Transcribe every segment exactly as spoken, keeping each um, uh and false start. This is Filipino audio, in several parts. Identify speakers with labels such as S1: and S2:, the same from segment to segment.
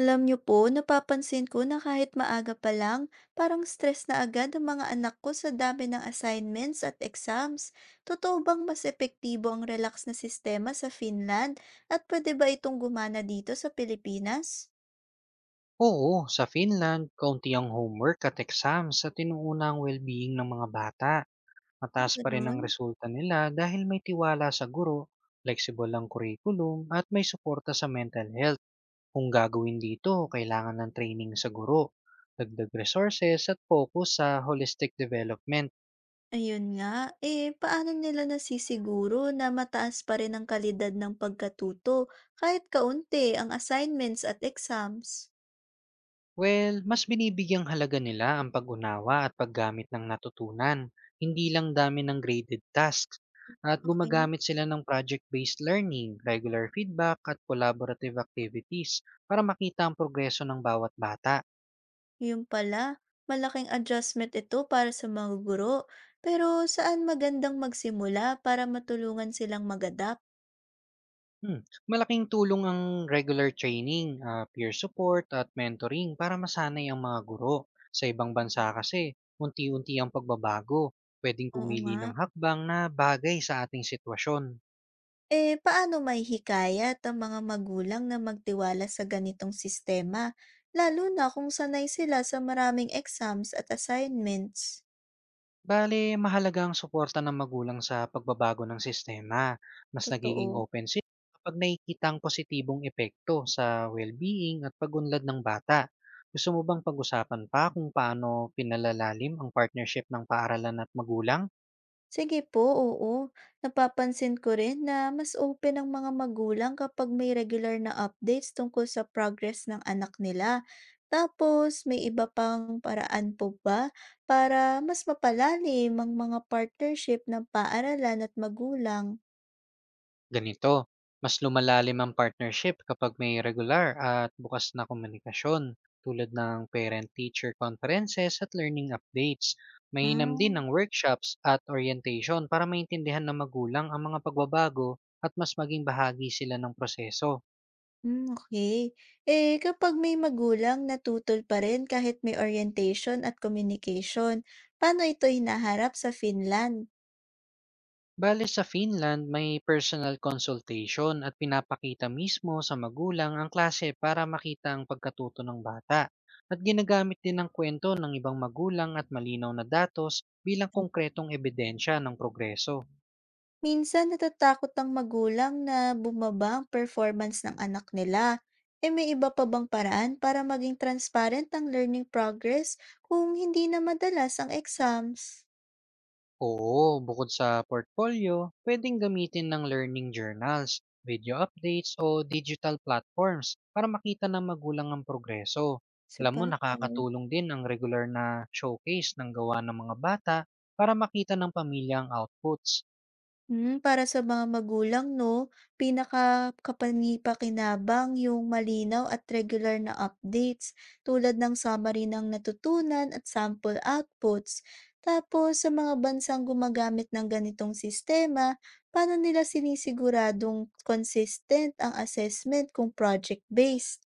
S1: Alam niyo po, napapansin ko na kahit maaga pa lang, parang stress na agad ang mga anak ko sa dami ng assignments at exams. Totoo bang mas epektibo ang relax na sistema sa Finland at pwede ba itong gumana dito sa Pilipinas?
S2: Oo, sa Finland, kaunti ang homework at exams sa tinuunang well-being ng mga bata.
S1: Hmm,
S2: Mataas pa rin ang
S1: ganun?
S2: resulta nila dahil may tiwala sa guro, flexible ang curriculum at may suporta sa mental health. Kung gagawin dito, kailangan ng training sa guro, dagdag resources at focus sa holistic development.
S1: Ayun nga. Eh, paano nila nasisiguro na mataas pa rin ang kalidad ng pagkatuto kahit kaunti ang assignments at exams?
S2: Well, mas binibigyang halaga nila ang pag-unawa at paggamit ng natutunan, hindi lang dami ng graded tasks. At
S1: Okay,
S2: gumagamit sila ng project-based learning, regular feedback at collaborative activities para makita ang progreso ng bawat bata.
S1: yung pala, malaking adjustment ito para sa mga guro. Pero saan magandang magsimula para matulungan silang mag-adapt?
S2: Hmm. Malaking tulong ang regular training, ah, peer support at mentoring para masanay ang mga guro. Sa ibang bansa kasi, unti-unti ang pagbabago. Pwedeng
S1: Oo
S2: pumili
S1: nga.
S2: ng hakbang na bagay sa ating sitwasyon.
S1: Eh, paano may hikayat ang mga magulang na magtiwala sa ganitong sistema, lalo na kung sanay sila sa maraming exams at assignments?
S2: Bale, mahalaga ang suporta ng magulang sa pagbabago ng sistema. Mas nagiging
S1: Totoo.
S2: open sila kapag nakikita ang positibong epekto sa well-being at pag-unlad ng bata. Gusto mo bang pag-usapan pa kung paano pinalalalim ang partnership ng paaralan at magulang?
S1: Sige po, oo. Napapansin ko rin na mas open ang mga magulang kapag may regular na updates tungkol sa progress ng anak nila. Tapos, may iba pang paraan po ba para mas mapalalim ang mga partnership ng paaralan at magulang?
S2: Ganito, mas lumalalim ang partnership kapag may regular at bukas na komunikasyon tulad ng parent-teacher conferences at learning updates. Mainam
S1: Ah,
S2: din ang workshops at orientation para maintindihan ng magulang ang mga pagbabago at mas maging bahagi sila ng proseso.
S1: mm, okay. Eh, kapag may magulang, natutol pa rin kahit may orientation at communication. Paano ito hinaharap sa Finland?
S2: Bale sa Finland, may personal consultation at pinapakita mismo sa magulang ang klase para makita ang pagkatuto ng bata. At ginagamit din ang kwento ng ibang magulang at malinaw na datos bilang konkretong ebidensya ng progreso.
S1: Minsan natatakot ang magulang na bumaba ang performance ng anak nila. E may iba pa bang paraan para maging transparent ang learning progress kung hindi na madalas ang exams?
S2: Oo, bukod sa portfolio, pwedeng gamitin ng learning journals, video updates o digital platforms para makita ng magulang ang progreso. Alam mo,
S1: Sabagay.
S2: nakakatulong din ang regular na showcase ng gawa ng mga bata para makita ng pamilya ang outputs.
S1: Hmm, para sa mga magulang 'no, pinakakapangipakinabang yung malinaw at regular na updates tulad ng summary ng natutunan at sample outputs. Tapos sa mga bansang gumagamit ng ganitong sistema, paano nila siniguradong consistent ang assessment kung project-based?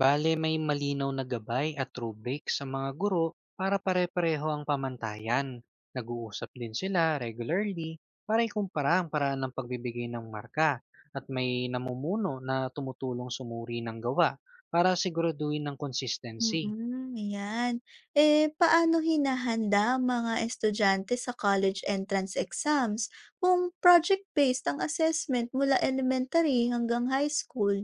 S2: Bale may malinaw na gabay at rubric sa mga guro para pare-pareho ang pamantayan. Nag-uusap din sila regularly para ikumpara ang paraan ng pagbibigay ng marka at may namumuno na tumutulong sumuri ng gawa para siguraduhin ng consistency.
S1: Mm, ayan. Eh, paano hinahanda ang mga estudyante sa college entrance exams kung project-based ang assessment mula elementary hanggang high school?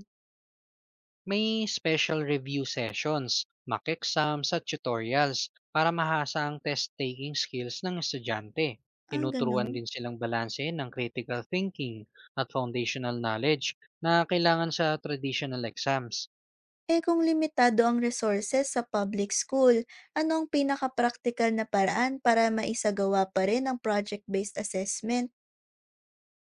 S2: May special review sessions, mock exams at tutorials para mahasa ang test-taking skills ng estudyante.
S1: Ah,
S2: Tinuturuan
S1: ganun.
S2: din silang balanse ng critical thinking at foundational knowledge na kailangan sa traditional exams.
S1: Eh, kung limitado ang resources sa public school, ano ang pinaka-practical na paraan para maisagawa pa rin ang project-based assessment?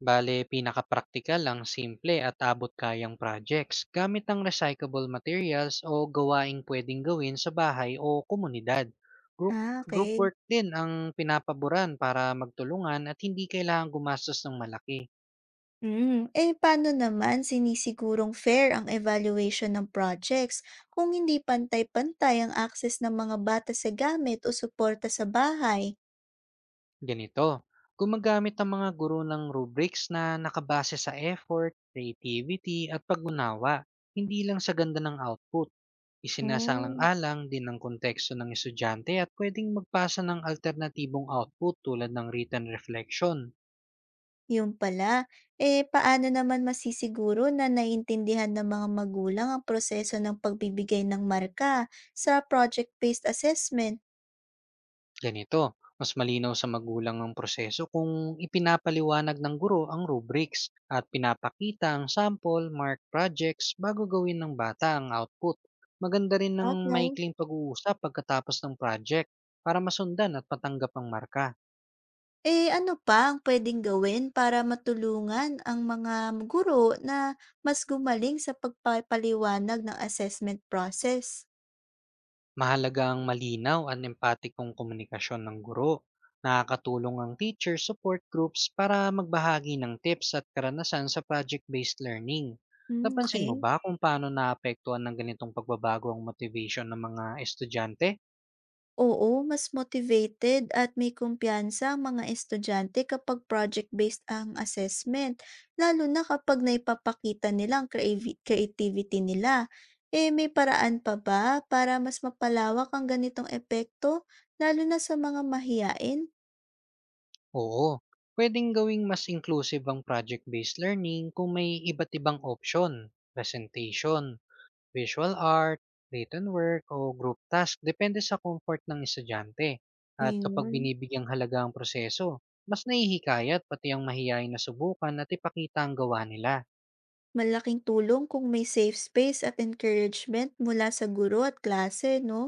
S2: Bale, pinaka-praktikal ang simple at abot-kayang projects gamit ang recyclable materials o gawaing pwedeng gawin sa bahay o komunidad. Group,
S1: Ah,
S2: group
S1: okay.
S2: work din ang pinapaboran para magtulungan at hindi kailangan gumastos ng malaki.
S1: Hmm, eh paano naman sinisigurong fair ang evaluation ng projects kung hindi pantay-pantay ang access ng mga bata sa gamit o suporta sa bahay?
S2: Ganito, gumagamit ang mga guro ng rubrics na nakabase sa effort, creativity at pag-unawa, hindi lang sa ganda ng output.
S1: Hmm,
S2: Isinasalang-alang din ang konteksto ng estudyante at pwedeng magpasa ng alternatibong output tulad ng written reflection.
S1: yun pala. Eh paano naman masisiguro na naiintindihan ng mga magulang ang proseso ng pagbibigay ng marka sa project-based assessment?
S2: Ganito, mas malinaw sa magulang ang proseso kung ipinapaliwanag ng guro ang rubrics at pinapakita ang sample, mark projects bago gawin ng bata ang output. Maganda rin ng
S1: Okay.
S2: maikling pag-uusap pagkatapos ng project para masundan at matanggap ang marka.
S1: Eh, ano pa ang puwedeng gawin para matulungan ang mga guro na mas gumaling sa pagpapaliwanag ng assessment process?
S2: Mahalaga ang malinaw at empatikong komunikasyon ng guro. Nakakatulong ang teacher support groups para magbahagi ng tips at karanasan sa project-based learning.
S1: Hmm,
S2: Napansin
S1: okey.
S2: mo ba kung paano naapektuhan ng ganitong pagbabago ang motivation ng mga estudyante?
S1: Oo, mas motivated at may kumpiyansa ang mga estudyante kapag project-based ang assessment, lalo na kapag naipapakita nila ang creavi creativity nila. Eh, may paraan pa ba para mas mapalawak ang ganitong epekto lalo na sa mga mahiyain?
S2: Oo, pwedeng gawing mas inclusive ang project-based learning kung may iba't ibang option, presentation, visual art, written work o group task depende sa comfort ng estudyante. At kapag
S1: Ayun.
S2: binibigyang halaga ang proseso, mas nahihikayat pati ang mahiyain na subukan at ipakita ang gawa nila.
S1: Malaking tulong kung may safe space at encouragement mula sa guro at klase, no?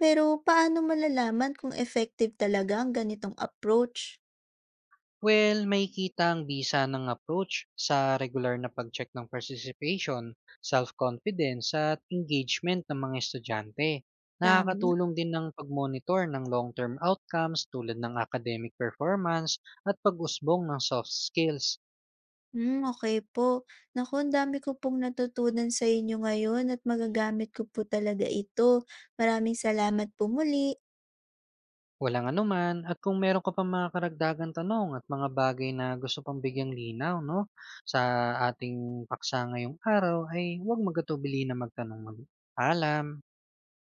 S1: Pero paano malalaman kung effective talaga ang ganitong approach?
S2: Well, may kita ang bisa ng approach sa regular na pag-check ng participation, self-confidence at engagement ng mga estudyante.
S1: Tama.
S2: Nakakatulong din ng pag-monitor ng long-term outcomes tulad ng academic performance at pag-usbong ng soft skills.
S1: Hmm, okay po. Naku, ang dami ko pong natutunan sa inyo ngayon at magagamit ko po talaga ito. Maraming salamat po muli.
S2: Walang anuman at kung meron ka pang mga karagdagang tanong at mga bagay na gusto pang bigyang linaw, no, sa ating paksa ngayong araw ay huwag magatubili na magtanong muli. Alam